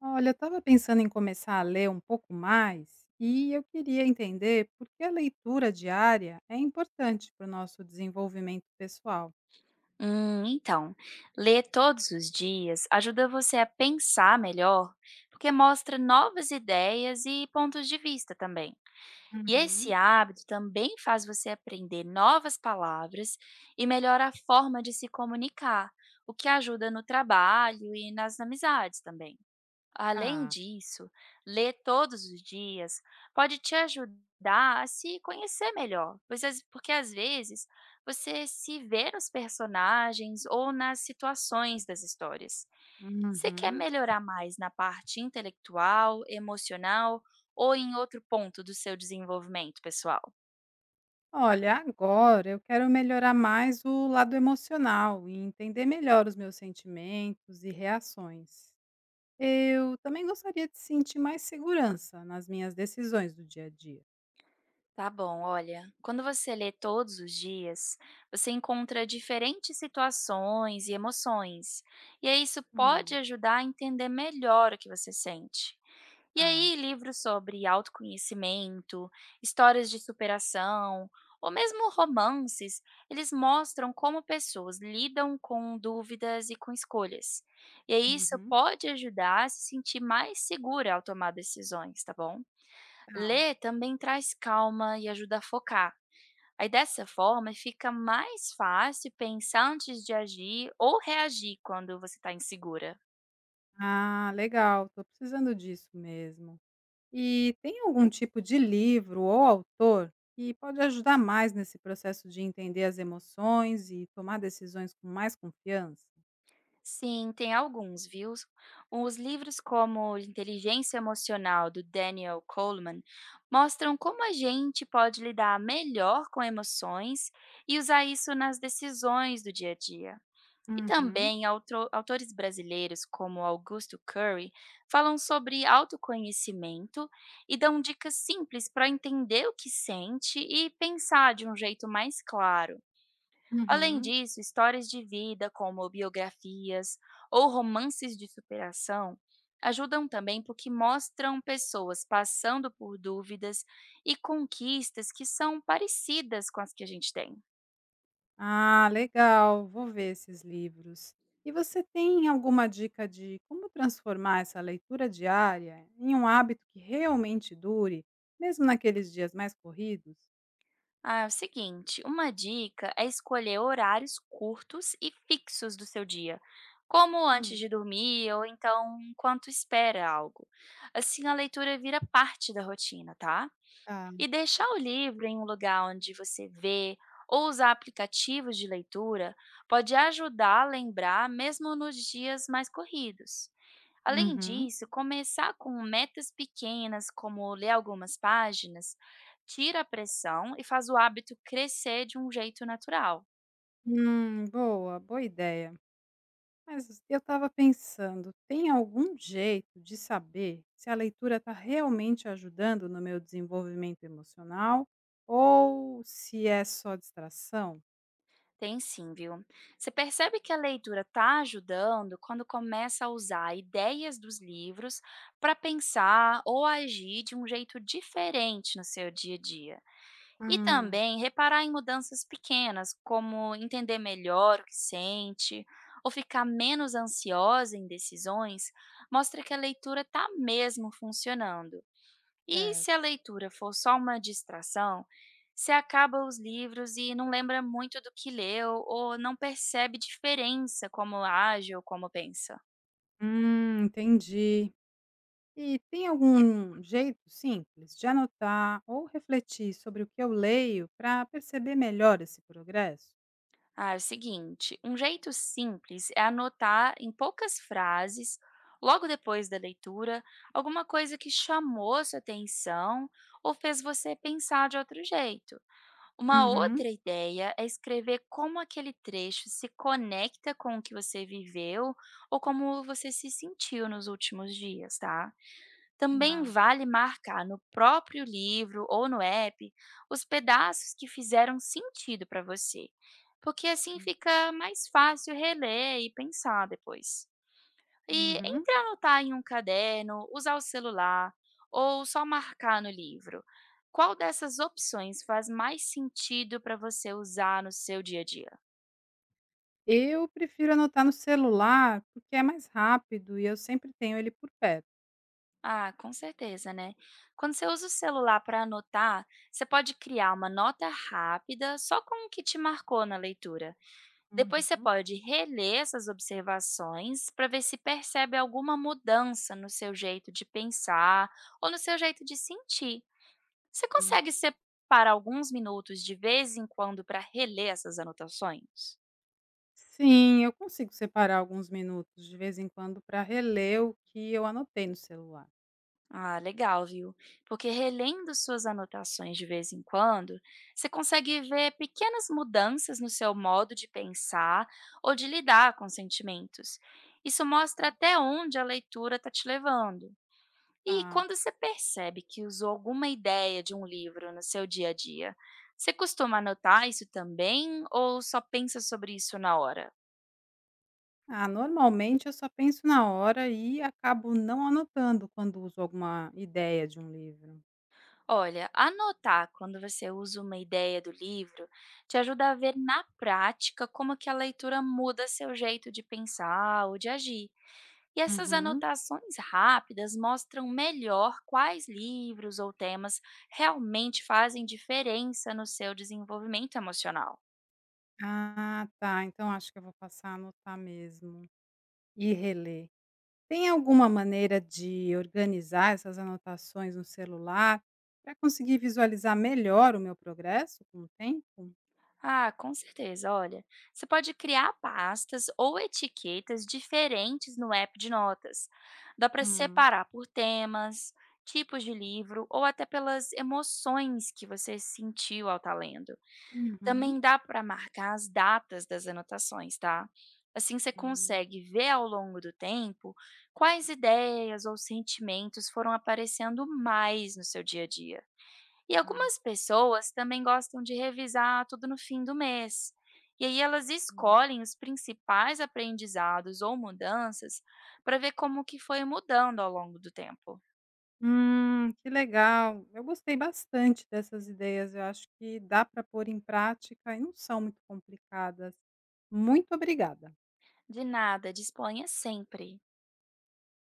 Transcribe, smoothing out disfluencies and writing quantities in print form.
Olha, eu estava pensando em começar a ler um pouco mais e eu queria entender por que a leitura diária é importante para o nosso desenvolvimento pessoal. Hum, então, ler todos os dias ajuda você a pensar melhor, porque mostra novas ideias e pontos de vista também. E esse Uhum. hábito também faz você aprender novas palavras e melhora a forma de se comunicar, o que ajuda no trabalho e nas amizades também. Além Ah. disso, ler todos os dias pode te ajudar a se conhecer melhor, porque às vezes você se vê nos personagens ou nas situações das histórias. Você quer Uhum. melhorar mais na parte intelectual, emocional ou em outro ponto do seu desenvolvimento pessoal? Olha, agora eu quero melhorar mais o lado emocional e entender melhor os meus sentimentos e reações. Eu também gostaria de sentir mais segurança nas minhas decisões do dia a dia. Tá bom, olha, quando você lê todos os dias, você encontra diferentes situações e emoções, e aí isso pode hum, ajudar a entender melhor o que você sente. E Ah. aí, livros sobre autoconhecimento, histórias de superação, ou mesmo romances, eles mostram como pessoas lidam com dúvidas e com escolhas. E aí isso Uhum. pode ajudar a se sentir mais segura ao tomar decisões, tá bom? Tá. Ler também traz calma e ajuda a focar. Aí dessa forma fica mais fácil pensar antes de agir ou reagir quando você está insegura. Ah, legal, tô precisando disso mesmo. E tem algum tipo de livro ou autor que pode ajudar mais nesse processo de entender as emoções e tomar decisões com mais confiança? Sim, tem alguns, viu? Os livros como Inteligência Emocional, do Daniel Goleman, mostram como a gente pode lidar melhor com emoções e usar isso nas decisões do dia a dia. E Uhum. também autores brasileiros como Augusto Curry falam sobre autoconhecimento e dão dicas simples para entender o que sente e pensar de um jeito mais claro. Além Uhum. disso, histórias de vida como biografias ou romances de superação ajudam também porque mostram pessoas passando por dúvidas e conquistas que são parecidas com as que a gente tem. Ah, legal, vou ver esses livros. E você tem alguma dica de como transformar essa leitura diária em um hábito que realmente dure, mesmo naqueles dias mais corridos? Ah, é o seguinte, uma dica é escolher horários curtos e fixos do seu dia, como antes Hum. de dormir ou então enquanto espera algo. Assim a leitura vira parte da rotina, tá? Tá. E deixar o livro em um lugar onde você vê ou usar aplicativos de leitura pode ajudar a lembrar mesmo nos dias mais corridos. Além Uhum. disso, começar com metas pequenas, como ler algumas páginas, tira a pressão e faz o hábito crescer de um jeito natural. Boa, boa ideia. Mas eu estava pensando, tem algum jeito de saber se a leitura está realmente ajudando no meu desenvolvimento emocional ou se é só distração? Tem sim, viu? Você percebe que a leitura está ajudando quando começa a usar ideias dos livros para pensar ou agir de um jeito diferente no seu dia a dia. E Hum. também reparar em mudanças pequenas, como entender melhor o que sente ou ficar menos ansiosa em decisões, mostra que a leitura está mesmo funcionando. E É. se a leitura for só uma distração, você acaba os livros e não lembra muito do que leu ou não percebe diferença como age ou como pensa. Entendi. E tem algum jeito simples de anotar ou refletir sobre o que eu leio para perceber melhor esse progresso? Ah, é o seguinte, um jeito simples é anotar em poucas frases, logo depois da leitura, alguma coisa que chamou sua atenção ou fez você pensar de outro jeito. Uma Uhum. outra ideia é escrever como aquele trecho se conecta com o que você viveu ou como você se sentiu nos últimos dias, tá? Também Ah. vale marcar no próprio livro ou no app os pedaços que fizeram sentido para você, porque assim Hum. fica mais fácil reler e pensar depois. E Uhum. entre anotar em um caderno, usar o celular ou só marcar no livro, qual dessas opções faz mais sentido para você usar no seu dia a dia? Eu prefiro anotar no celular, porque é mais rápido e eu sempre tenho ele por perto. Ah, com certeza, né? Quando você usa o celular para anotar, você pode criar uma nota rápida só com o que te marcou na leitura. Depois você Uhum. pode reler essas observações para ver se percebe alguma mudança no seu jeito de pensar ou no seu jeito de sentir. Você Hum. consegue separar alguns minutos de vez em quando para reler essas anotações? Sim, eu consigo separar alguns minutos de vez em quando para reler o que eu anotei no celular. Ah, legal, viu? Porque relendo suas anotações de vez em quando, você consegue ver pequenas mudanças no seu modo de pensar ou de lidar com sentimentos. Isso mostra Hum. até onde a leitura está te levando. E Tá. quando você percebe que usou alguma ideia de um livro no seu dia a dia, você costuma anotar isso também ou só pensa sobre isso na hora? Ah, normalmente eu só penso na hora e acabo não anotando quando uso alguma ideia de um livro. Olha, anotar quando você usa uma ideia do livro te ajuda a ver na prática como que a leitura muda seu jeito de pensar ou de agir. E essas Uhum. anotações rápidas mostram melhor quais livros ou temas realmente fazem diferença no seu desenvolvimento emocional. Ah, tá. Então acho que eu vou passar a anotar mesmo e reler. Tem alguma maneira de organizar essas anotações no celular para conseguir visualizar melhor o meu progresso com o tempo? Ah, com certeza. Olha, você pode criar pastas ou etiquetas diferentes no app de notas. Dá para Hum. separar por temas, tipos de livro ou até pelas emoções que você sentiu ao estar lendo. Uhum. Também dá para marcar as datas das anotações, tá? Assim você Hum. consegue ver ao longo do tempo quais ideias ou sentimentos foram aparecendo mais no seu dia a dia. E Tá. algumas pessoas também gostam de revisar tudo no fim do mês. E aí elas Hum. escolhem os principais aprendizados ou mudanças para ver como que foi mudando ao longo do tempo. Que legal. Eu gostei bastante dessas ideias. Eu acho que dá para pôr em prática e não são muito complicadas. Muito obrigada. De nada, disponha sempre.